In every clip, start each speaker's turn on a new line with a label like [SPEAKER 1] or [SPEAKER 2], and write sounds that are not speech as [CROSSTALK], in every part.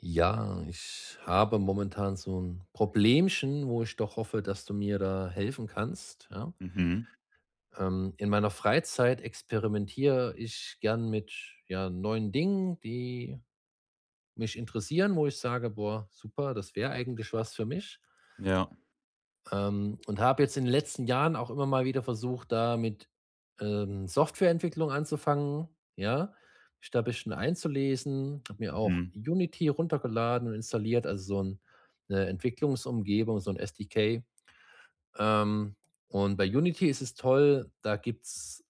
[SPEAKER 1] Ja, ich habe momentan so ein Problemchen, wo ich doch hoffe, dass du mir da helfen kannst, ja?
[SPEAKER 2] Mhm.
[SPEAKER 1] In meiner Freizeit experimentiere ich gern mit, ja, neuen Dingen, die mich interessieren, wo ich sage: „Boah, super, das wäre eigentlich was für mich.“
[SPEAKER 2] Ja.
[SPEAKER 1] Und habe jetzt in den letzten Jahren auch immer mal wieder versucht, da mit, Softwareentwicklung anzufangen, ja, mich da ein bisschen einzulesen, habe mir auch
[SPEAKER 2] Mhm.
[SPEAKER 1] Unity runtergeladen und installiert, also so 'n 'ne Entwicklungsumgebung, so 'n SDK. Ähm, und bei Unity ist es toll, da gibt's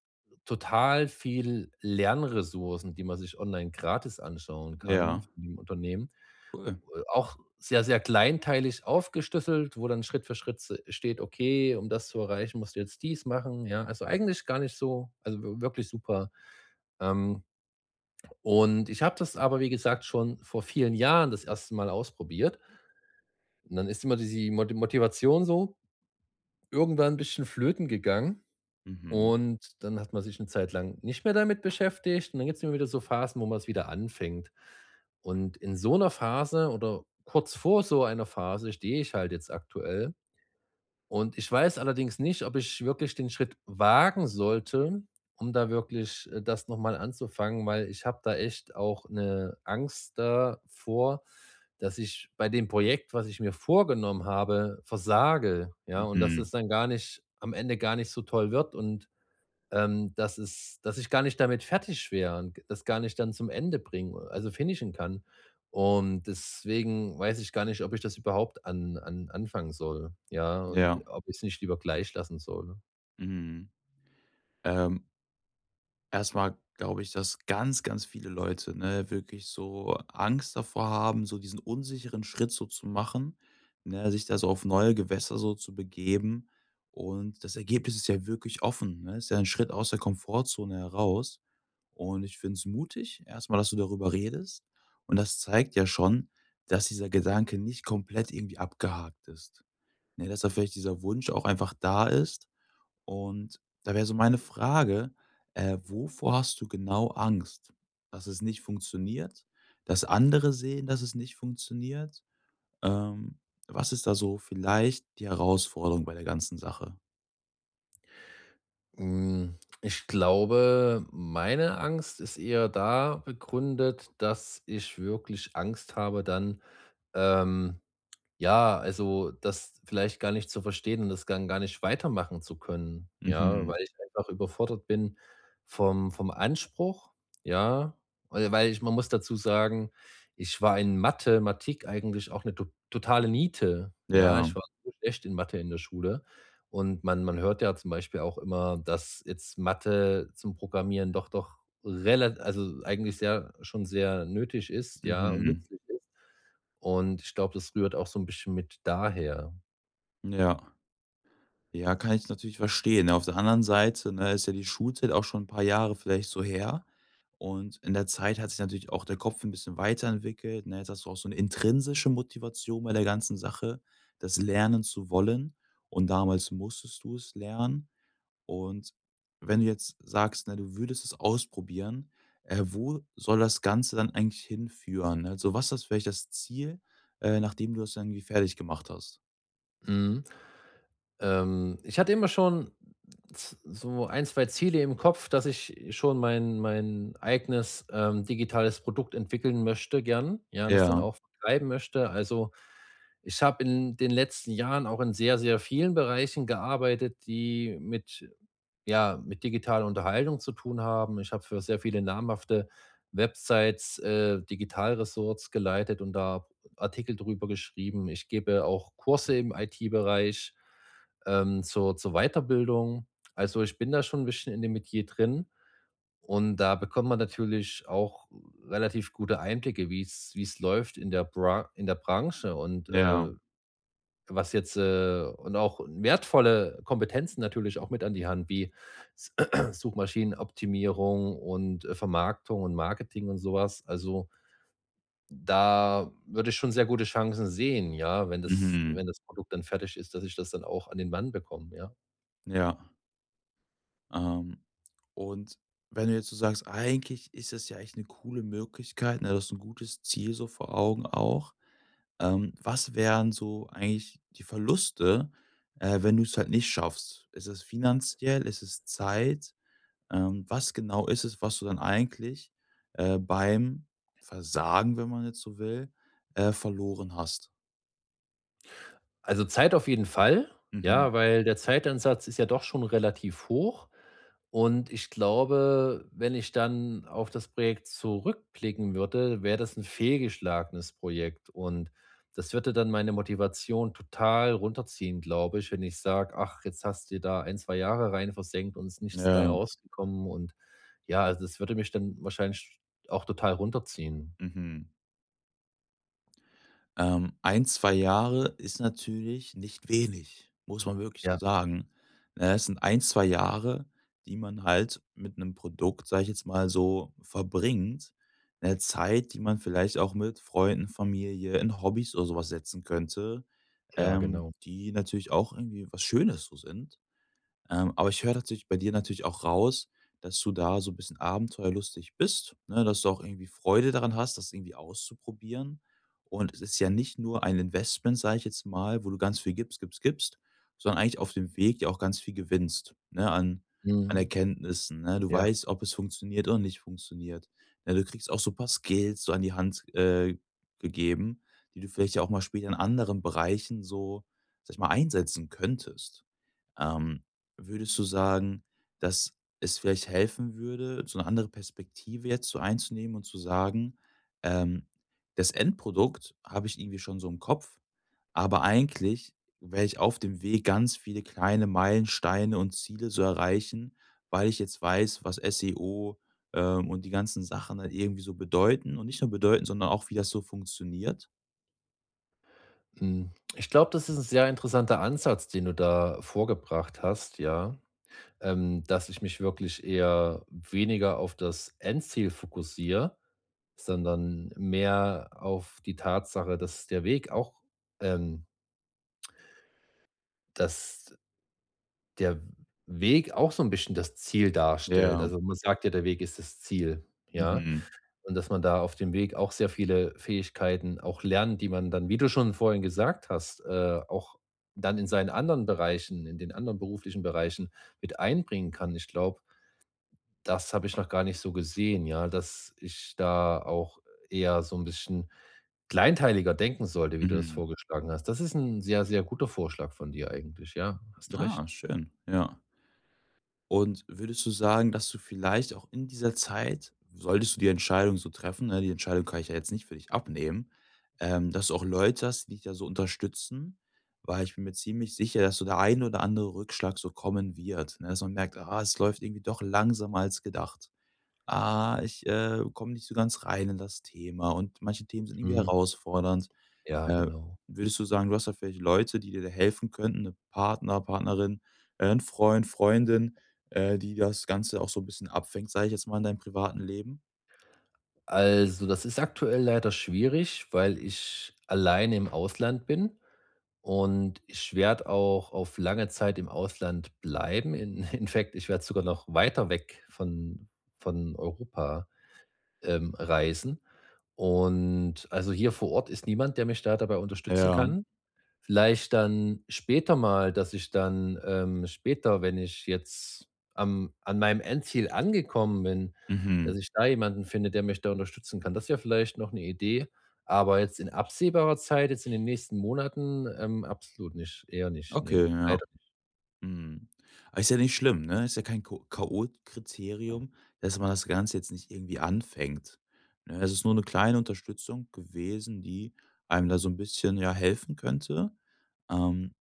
[SPEAKER 1] total viel Lernressourcen, die man sich online gratis anschauen kann
[SPEAKER 2] Ja.
[SPEAKER 1] von dem Unternehmen,
[SPEAKER 2] Cool.
[SPEAKER 1] auch sehr, sehr kleinteilig aufgeschlüsselt, wo dann Schritt für Schritt s steht: „Okay, um das zu erreichen, musst du jetzt dies machen“, ja? Also, eigentlich gar nicht so, also, w wirklich super. Ähm, und ich habe das aber, wie gesagt, schon vor vielen Jahren das erste Mal ausprobiert. Und dann ist immer die Motivation so irgendwann ein bisschen flöten gegangen.
[SPEAKER 2] Mhm.
[SPEAKER 1] Und dann hat man sich eine Zeit lang nicht mehr damit beschäftigt und dann gibt es immer wieder so Phasen, wo man es wieder anfängt. Und in so einer Phase oder kurz vor so einer Phase stehe ich halt jetzt aktuell und ich weiß allerdings nicht, ob ich wirklich den Schritt wagen sollte, um da wirklich, das noch mal anzufangen, weil ich habe da echt auch eine Angst davor, dass ich bei dem Projekt, was ich mir vorgenommen habe, versage, ja? Und dass
[SPEAKER 2] Mhm.
[SPEAKER 1] es dann gar nicht am Ende gar nicht so toll wird und dass es dass ich gar nicht damit fertig wäre und das gar nicht dann zum Ende bringen, also finishen kann. Und deswegen weiß ich gar nicht, ob ich das überhaupt an an anfangen soll, ja, und
[SPEAKER 2] Ja.
[SPEAKER 1] ob ich es nicht lieber gleich lassen soll.
[SPEAKER 2] Mhm. Ähm, Erstmal glaube ich, dass ganz, ganz viele Leute, ne, wirklich so Angst davor haben, so diesen unsicheren Schritt so zu machen, ne, sich da so auf neue Gewässer so zu begeben. Und das Ergebnis ist ja wirklich offen, ne? Ist ja ein Schritt aus der Komfortzone heraus. Und ich finde es mutig, erstmal, dass du darüber redest. Und das zeigt ja schon, dass dieser Gedanke nicht komplett irgendwie abgehakt ist, ne? Dass da vielleicht dieser Wunsch auch einfach da ist, und da wäre so meine Frage, wovor hast du genau Angst? Dass es nicht funktioniert? Dass andere sehen, dass es nicht funktioniert? Ähm, was ist da so vielleicht die Herausforderung bei der ganzen Sache?
[SPEAKER 1] Hm, ich glaube, meine Angst ist eher da begründet, dass ich wirklich Angst habe, dann, ähm ja, also das vielleicht gar nicht zu verstehen und das dann gar nicht weitermachen zu können, ja,
[SPEAKER 2] Mhm.
[SPEAKER 1] weil ich einfach überfordert bin vom Anspruch, ja, weil weil ich man muss dazu sagen, ich war in Mathematik eigentlich auch eine to totale Niete, ja.
[SPEAKER 2] Ja.
[SPEAKER 1] Ich war so schlecht in Mathe in der Schule und man hört ja zum Beispiel auch immer, dass jetzt Mathe zum Programmieren doch relativ, also eigentlich sehr, schon sehr nötig ist, ja, und
[SPEAKER 2] Mhm.
[SPEAKER 1] nützlich ist. Und ich glaube, das rührt auch so ein bisschen mit daher.
[SPEAKER 2] Ja. Ja, kann ich natürlich verstehen, ne? Auf der anderen Seite, ne, ist ja die Schulzeit auch schon ein paar Jahre vielleicht so her. Und in der Zeit hat sich natürlich auch der Kopf ein bisschen weiterentwickelt, ne? Jetzt hast du auch so eine intrinsische Motivation bei der ganzen Sache, das lernen zu wollen. Und damals musstest du es lernen. Und wenn du jetzt sagst, ne, du würdest es ausprobieren, wo soll das Ganze dann eigentlich hinführen? Ne? Also, was ist vielleicht das Ziel, nachdem du das dann irgendwie fertig gemacht hast?
[SPEAKER 1] Mhm. Ich hatte immer schon z so ein 2 Ziele im Kopf, dass ich schon mein eigenes, digitales Produkt entwickeln möchte gern, ja, und das dann
[SPEAKER 2] Ja,
[SPEAKER 1] auch vertreiben möchte. Also, ich habe in den letzten Jahren auch in sehr, sehr vielen Bereichen gearbeitet, die mit, ja, mit digitaler Unterhaltung zu tun haben. Ich habe für sehr viele namhafte Websites, Digitalressorts geleitet und da Artikel drüber geschrieben. Ich gebe auch Kurse im IT-Bereich, zur Weiterbildung. Also, ich bin da schon ein bisschen in dem Metier drin und da bekommt man natürlich auch relativ gute Einblicke, wie es läuft in der Bra in der Branche und,
[SPEAKER 2] ja.
[SPEAKER 1] was jetzt, und auch wertvolle Kompetenzen natürlich auch mit an die Hand, wie S [CLEARS THROAT] Suchmaschinenoptimierung und, Vermarktung und Marketing und sowas. Also, da würde ich schon sehr gute Chancen sehen, ja,
[SPEAKER 2] Mhm.
[SPEAKER 1] wenn das Produkt dann fertig ist, dass ich das dann auch an den Mann bekomme, ja.
[SPEAKER 2] Ja, ähm, und wenn du jetzt so sagst: „Eigentlich ist das ja echt eine coole Möglichkeit, ne, das ist ein gutes Ziel so vor Augen auch.“ Was wären so eigentlich die Verluste, wenn du es halt nicht schaffst? Ist es finanziell? Ist es Zeit? Was genau ist es, was du dann eigentlich, beim Versagen, wenn man jetzt so will, verloren hast?
[SPEAKER 1] Also, Zeit auf jeden Fall,
[SPEAKER 2] Mhm.
[SPEAKER 1] ja, weil der Zeiteinsatz ist ja doch schon relativ hoch. Und ich glaube, wenn ich dann auf das Projekt zurückblicken würde, wäre das ein fehlgeschlagenes Projekt und das würde dann meine Motivation total runterziehen, glaube ich, wenn ich sage: „Ach, jetzt hast du da ein 2 Jahre rein versenkt und es ist nichts bei
[SPEAKER 2] Ja,
[SPEAKER 1] rausgekommen.“ Und ja, also, das würde mich dann wahrscheinlich auch total runterziehen.
[SPEAKER 2] mhm. 1, 2 Jahre ist natürlich nicht wenig, muss man wirklich so
[SPEAKER 1] Ja,
[SPEAKER 2] sagen. Ne, es sind ein 2 Jahre, die man halt mit einem Produkt, sage ich jetzt mal so, verbringt. Eine Zeit, die man vielleicht auch mit Freunden, Familie, in Hobbys oder sowas setzen könnte,
[SPEAKER 1] ja, genau.
[SPEAKER 2] die natürlich auch irgendwie was Schönes so sind. Aber ich höre tatsächlich bei dir natürlich auch raus, dass du da so 'n bisschen abenteuerlustig bist, ne, dass du auch irgendwie Freude daran hast, das irgendwie auszuprobieren. Und es ist ja nicht nur ein Investment, sage ich jetzt mal, wo du ganz viel gibst, gibst, gibst, sondern eigentlich auf dem Weg ja auch ganz viel gewinnst, ne, an
[SPEAKER 1] Mhm.
[SPEAKER 2] Erkenntnissen, ne? Du
[SPEAKER 1] Ja,
[SPEAKER 2] weißt, ob es funktioniert oder nicht funktioniert. Ne, du kriegst auch so ein paar Skills so an die Hand, gegeben, die du vielleicht ja auch mal später in anderen Bereichen so, sage ich mal, einsetzen könntest. Ähm, würdest du sagen, dass es vielleicht helfen würde, so eine andere Perspektive jetzt so einzunehmen und zu sagen, ähm: „Das Endprodukt habe ich irgendwie schon so im Kopf, aber eigentlich werde ich auf dem Weg ganz viele kleine Meilensteine und Ziele so erreichen, weil ich jetzt weiß, was SEO, und die ganzen Sachen dann irgendwie so bedeuten und nicht nur bedeuten, sondern auch, wie das so funktioniert?“
[SPEAKER 1] mhm. Ich glaube, das ist ein sehr interessanter Ansatz, den du da vorgebracht hast, ja. Dass ich mich wirklich eher weniger auf das Endziel fokussiere, sondern mehr auf die Tatsache, dass der Weg auch ähm, dass der Weg auch so ein bisschen das Ziel darstellt.
[SPEAKER 2] Ja.
[SPEAKER 1] Also, man sagt ja, der Weg ist das Ziel, ja?
[SPEAKER 2] Mhm.
[SPEAKER 1] Und dass man da auf dem Weg auch sehr viele Fähigkeiten auch lernt, die man dann, wie du schon vorhin gesagt hast, auch dann in den anderen beruflichen Bereichen mit einbringen kann. Ich glaube, das habe ich noch gar nicht so gesehen, ja, dass ich da auch eher so ein bisschen kleinteiliger denken sollte, wie du das
[SPEAKER 2] Mhm.
[SPEAKER 1] vorgeschlagen hast. Das ist ein sehr, sehr guter Vorschlag von dir eigentlich, ja, hast du
[SPEAKER 2] Ah,
[SPEAKER 1] recht.
[SPEAKER 2] schön, ja. Und würdest du sagen, dass du vielleicht auch in dieser Zeit, solltest du die Entscheidung so treffen, ne, die Entscheidung kann ich ja jetzt nicht für dich abnehmen, dass du auch Leute hast, die dich da so unterstützen, weil ich bin mir ziemlich sicher, dass so der ein oder andere Rückschlag so kommen wird, ne, dass man merkt, ah, es läuft irgendwie doch langsamer als gedacht. Ah, ich komme nicht so ganz rein in das Thema und manche Themen sind irgendwie
[SPEAKER 1] Mhm.
[SPEAKER 2] herausfordernd.
[SPEAKER 1] Ja,
[SPEAKER 2] Äh,
[SPEAKER 1] genau.
[SPEAKER 2] würdest du sagen, du hast da vielleicht Leute, die dir da helfen könnten, 'ne Partner, Partnerin, 'n Freund, Freundin, die das Ganze auch so 'n bisschen abfängt, sage ich jetzt mal, in deinem privaten Leben?
[SPEAKER 1] Also, das ist aktuell leider schwierig, weil ich alleine im Ausland bin und ich werde auch auf lange Zeit im Ausland bleiben. In [LAUGHS] in fact, ich werde sogar noch weiter weg von Europa, reisen. Und, also, hier vor Ort ist niemand, der mich da dabei unterstützen
[SPEAKER 2] Ja.
[SPEAKER 1] kann. Vielleicht dann später mal, dass ich dann, später, wenn ich jetzt an meinem Endziel angekommen bin,
[SPEAKER 2] Mhm.
[SPEAKER 1] dass ich da jemanden finde, der mich da unterstützen kann. Das wäre vielleicht noch eine Idee. Aber jetzt in absehbarer Zeit, jetzt in den nächsten Monaten, absolut nicht, eher nicht. Nee,
[SPEAKER 2] Okay, ja.
[SPEAKER 1] leider.
[SPEAKER 2] Mhm. Aber ist ja nicht schlimm, ne? Ist ja kein Ko K.O.-Kriterium, dass man das Ganze jetzt nicht irgendwie anfängt, ne? Es ist nur 'ne kleine Unterstützung gewesen, die einem da so 'n bisschen, ja, helfen könnte. Ähm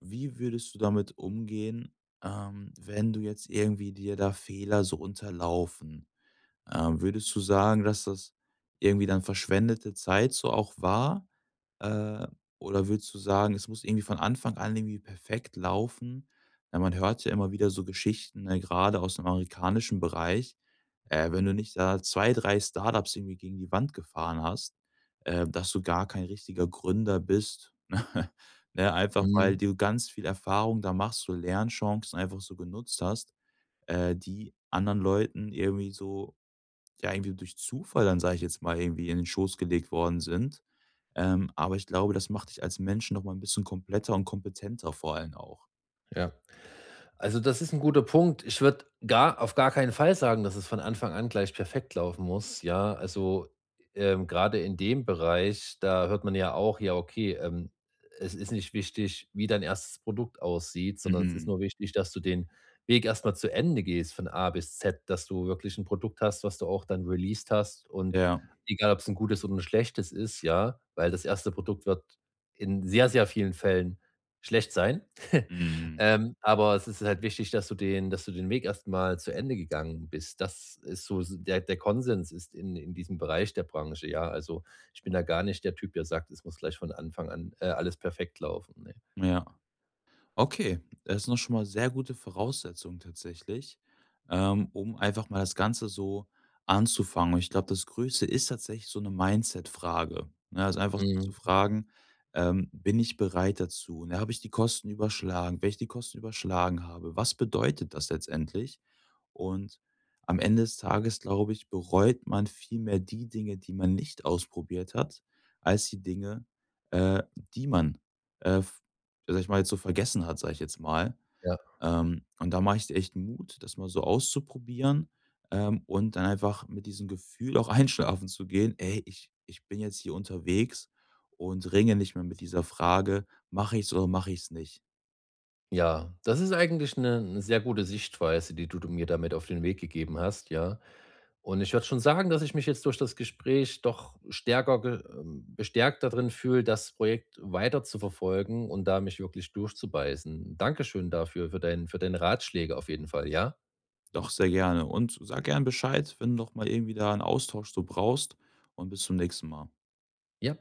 [SPEAKER 2] Wie würdest du damit umgehen, wenn du jetzt irgendwie dir da Fehler so unterlaufen? Würdest du sagen, dass das irgendwie dann verschwendete Zeit so auch war? Äh, oder würdest du sagen, es muss irgendwie von Anfang an irgendwie perfekt laufen? Weil man hört ja immer wieder so Geschichten, ne, grade aus dem amerikanischen Bereich, wenn du nicht da 2 3 Startups irgendwie gegen die Wand gefahren hast, dass du gar kein richtiger Gründer bist, [LAUGHS] ne? Einfach, weil
[SPEAKER 1] Mhm.
[SPEAKER 2] du ganz viel Erfahrung da machst, so Lernchancen einfach so genutzt hast, die anderen Leuten irgendwie so ja, irgendwie durch Zufall dann, sage ich jetzt mal, irgendwie in den Schoß gelegt worden sind. Aber ich glaube, das macht dich als Menschen noch mal ein bisschen kompletter und kompetenter vor allem auch.
[SPEAKER 1] Ja. Also, das ist ein guter Punkt. Ich würde gar auf gar keinen Fall sagen, dass es von Anfang an gleich perfekt laufen muss, ja. Also, grade in dem Bereich, da hört man ja auch, ja, okay, es ist nicht wichtig, wie dein erstes Produkt aussieht, sondern es ist
[SPEAKER 2] Mhm.
[SPEAKER 1] nur wichtig, dass du den Weg erstmal zu Ende gehst von A bis Z, dass du wirklich ein Produkt hast, was du auch dann released hast und
[SPEAKER 2] Ja.
[SPEAKER 1] egal, ob es ein gutes oder ein schlechtes ist, ja, weil das erste Produkt wird in sehr, sehr vielen Fällen schlecht sein. [LAUGHS]
[SPEAKER 2] Mhm.
[SPEAKER 1] Aber es ist halt wichtig, dass du den Weg erstmal zu Ende gegangen bist. Das ist so, s der der Konsens ist in diesem Bereich der Branche, ja. Also, ich bin da gar nicht der Typ, der sagt, es muss gleich von Anfang an, alles perfekt laufen, ne.
[SPEAKER 2] Ja. Okay, das ist noch schon mal sehr gute Voraussetzung tatsächlich, um einfach mal das Ganze so anzufangen. Und ich glaube, das Größte ist tatsächlich so eine Mindset-Frage, ne? Also, einfach sich zu
[SPEAKER 1] Mhm,
[SPEAKER 2] fragen: „Bin ich bereit dazu? Ne, habe ich die Kosten überschlagen? Wenn ich die Kosten überschlagen habe, was bedeutet das letztendlich?“ Und am Ende des Tages, glaube ich, bereut man viel mehr die Dinge, die man nicht ausprobiert hat, als die Dinge, äh, die man, äh, sage ich mal, jetzt so vergessen hat, sage ich jetzt mal.
[SPEAKER 1] ja.
[SPEAKER 2] Und da mache ich dir echt Mut, das mal so auszuprobieren, und dann einfach mit diesem Gefühl auch [LAUGHS] einschlafen zu gehen: „Ey, ich bin jetzt hier unterwegs und ringe nicht mehr mit dieser Frage: ‚Mache ich es oder mache ich es nicht?'“
[SPEAKER 1] Ja, das ist eigentlich eine 'ne sehr gute Sichtweise, die du mir damit auf den Weg gegeben hast, ja. Und ich würde schon sagen, dass ich mich jetzt durch das Gespräch doch stärker ge bestärkt darin fühle, das Projekt weiter zu verfolgen und da mich wirklich durchzubeißen. Dankeschön dafür, für deine Ratschläge auf jeden Fall, ja?
[SPEAKER 2] Doch, sehr gerne und sag gern Bescheid, wenn du noch mal irgendwie da 'n Austausch so brauchst und bis zum nächsten Mal.
[SPEAKER 1] Ja.